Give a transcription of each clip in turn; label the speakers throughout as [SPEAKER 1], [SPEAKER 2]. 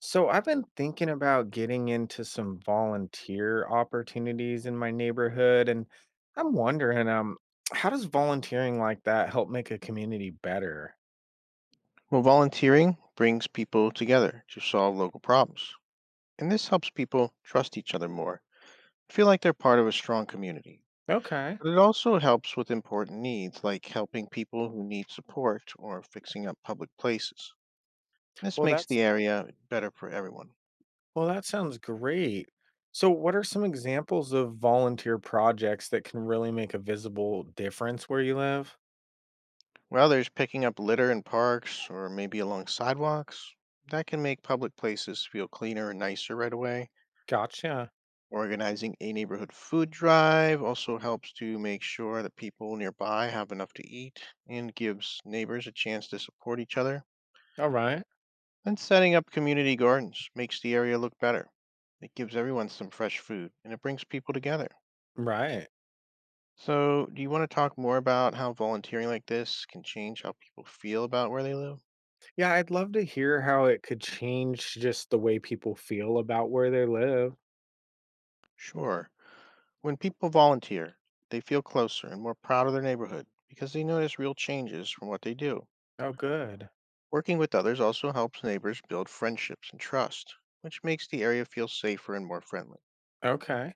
[SPEAKER 1] So I've been thinking about getting into some volunteer opportunities in my neighborhood, and I'm wondering, how does volunteering like that help make a community better?
[SPEAKER 2] Well, volunteering brings people together to solve local problems, and this helps people trust each other more, feel like they're part of a strong community.
[SPEAKER 1] Okay.
[SPEAKER 2] But it also helps with important needs like helping people who need support or fixing up public places. This
[SPEAKER 1] Well,
[SPEAKER 2] makes
[SPEAKER 1] that's
[SPEAKER 2] the area better for everyone.
[SPEAKER 1] well, that sounds great. So what are some examples of volunteer projects that can really make a visible difference where you live?
[SPEAKER 2] While there's picking up litter in parks or maybe along sidewalks, that can make public places feel cleaner and nicer right away.
[SPEAKER 1] Gotcha.
[SPEAKER 2] Organizing a neighborhood food drive also helps to make sure that people nearby have enough to eat and gives neighbors a chance to support each other.
[SPEAKER 1] All right.
[SPEAKER 2] And setting up community gardens makes the area look better. It gives everyone some fresh food and it brings people together.
[SPEAKER 1] Right.
[SPEAKER 2] So, do you want to talk more about how volunteering like this can change how people feel about where they live?
[SPEAKER 1] Yeah, I'd love to hear how it could change just the way people feel about where they live.
[SPEAKER 2] Sure. When people volunteer, they feel closer and more proud of their neighborhood because they notice real changes from what they do.
[SPEAKER 1] Oh, good.
[SPEAKER 2] Working with others also helps neighbors build friendships and trust, which makes the area feel safer and more friendly.
[SPEAKER 1] Okay.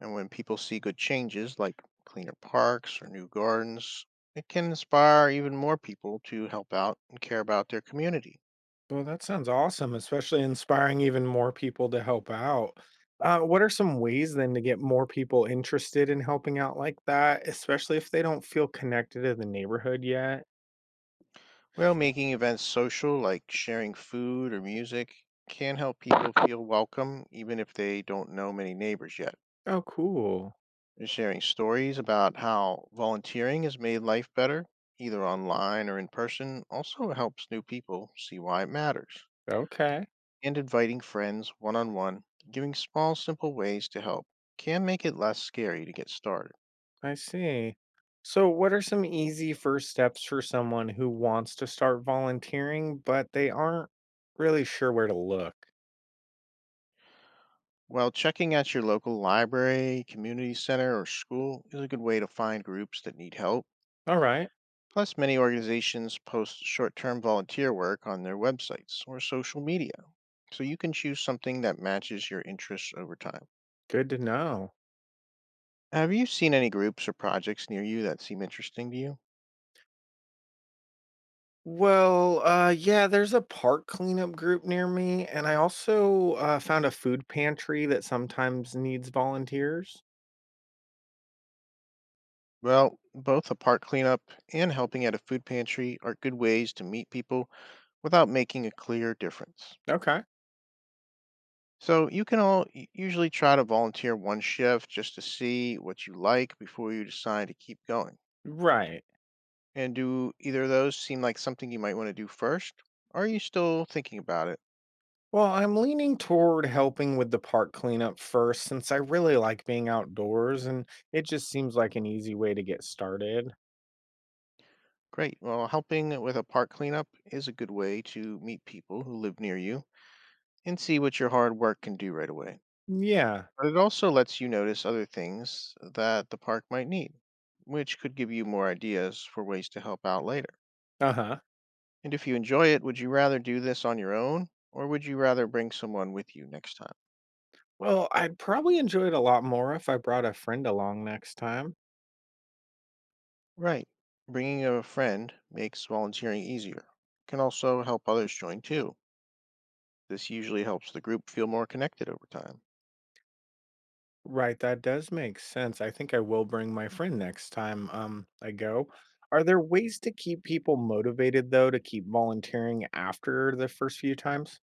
[SPEAKER 2] And when people see good changes like cleaner parks or new gardens, it can inspire even more people to help out and care about their community.
[SPEAKER 1] Well, that sounds awesome, especially inspiring even more people to help out. What are some ways then to get more people interested in helping out like that, especially if they don't feel connected to the neighborhood yet?
[SPEAKER 2] Well, making events social, like sharing food or music, can help people feel welcome even if they don't know many neighbors yet.
[SPEAKER 1] Oh, cool.
[SPEAKER 2] Sharing stories about how volunteering has made life better, either online or in person, also helps new people see why it matters.
[SPEAKER 1] Okay,
[SPEAKER 2] And inviting friends one on one, giving small, simple ways to help, can make it less scary to get started.
[SPEAKER 1] I see. So, what are some easy first steps for someone who wants to start volunteering, but they aren't really sure where to look?
[SPEAKER 2] While checking at your local library, community center, or school is a good way to find groups that need help.
[SPEAKER 1] All right,
[SPEAKER 2] Plus, many organizations post short term volunteer work on their websites or social media, so you can choose something that matches your interests over time.
[SPEAKER 1] good to know.
[SPEAKER 2] Have you seen any groups or projects near you that seem interesting to you?
[SPEAKER 1] Well, yeah, there's a park cleanup group near me, and I also found a food pantry that sometimes needs volunteers.
[SPEAKER 2] Well, both a park cleanup and helping at a food pantry are good ways to meet people without making a clear difference.
[SPEAKER 1] Okay.
[SPEAKER 2] So you can usually try to volunteer one shift just to see what you like before you decide to keep going.
[SPEAKER 1] Right.
[SPEAKER 2] And do either of those seem like something you might want to do first? Or are you still thinking about it?
[SPEAKER 1] Well, I'm leaning toward helping with the park cleanup first since I really like being outdoors and it just seems like an easy way to get started.
[SPEAKER 2] Great. Well, helping with a park cleanup is a good way to meet people who live near you and see what your hard work can do right away.
[SPEAKER 1] Yeah.
[SPEAKER 2] But it also lets you notice other things that the park might need, which could give you more ideas for ways to help out later.
[SPEAKER 1] Uh huh.
[SPEAKER 2] And if you enjoy it, would you rather do this on your own or would you rather bring someone with you next time?
[SPEAKER 1] Well, I'd probably enjoy it a lot more if I brought a friend along next time.
[SPEAKER 2] Right. Bringing a friend makes volunteering easier. Can also help others join too. This usually helps the group feel more connected over time.
[SPEAKER 1] Right, that does make sense. I think I will bring my friend next time I go. Are there ways to keep people motivated though to keep volunteering after the first few times?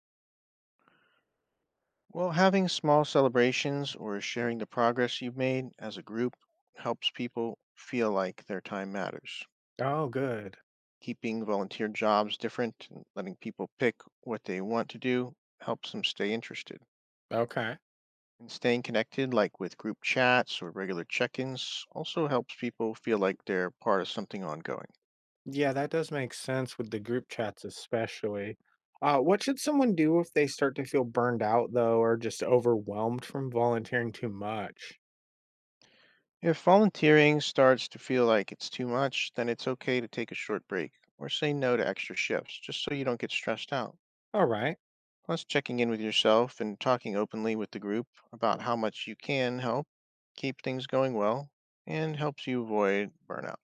[SPEAKER 2] Well, having small celebrations or sharing the progress you've made as a group helps people feel like their time matters.
[SPEAKER 1] Oh, good.
[SPEAKER 2] Keeping volunteer jobs different and letting people pick what they want to do helps them stay interested.
[SPEAKER 1] Okay.
[SPEAKER 2] And staying connected, like with group chats or regular check ins, also helps people feel like they're part of something ongoing.
[SPEAKER 1] Yeah, that does make sense with the group chats especially. What should someone do if they start to feel burned out though or just overwhelmed from volunteering too much?
[SPEAKER 2] If volunteering starts to feel like it's too much, then it's okay to take a short break or say no to extra shifts just so you don't get stressed out.
[SPEAKER 1] All right.
[SPEAKER 2] Plus, checking in with yourself and talking openly with the group about how much you can help keep things going well and helps you avoid burnout.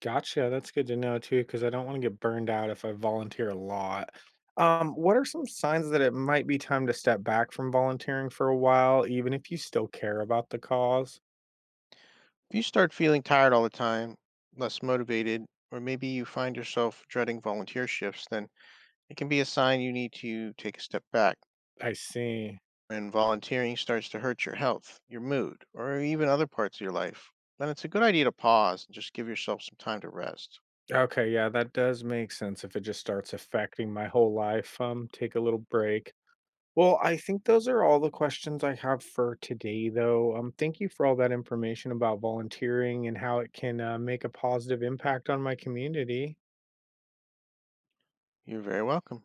[SPEAKER 1] Gotcha, that's good to know too, because I don't wanna get burned out if I volunteer a lot. What are some signs that it might be time to step back from volunteering for a while, even if you still care about the cause?
[SPEAKER 2] If you start feeling tired all the time, less motivated, or maybe you find yourself dreading volunteer shifts, then it can be a sign you need to take a step back.
[SPEAKER 1] I see.
[SPEAKER 2] When volunteering starts to hurt your health, your mood, or even other parts of your life, then it's a good idea to pause and just give yourself some time to rest.
[SPEAKER 1] Okay, yeah, that does make sense if it just starts affecting my whole life, take a little break. Well, I think those are all the questions I have for today, though. Thank you for all that information about volunteering and how it can, make a positive impact on my community.
[SPEAKER 2] You're very welcome.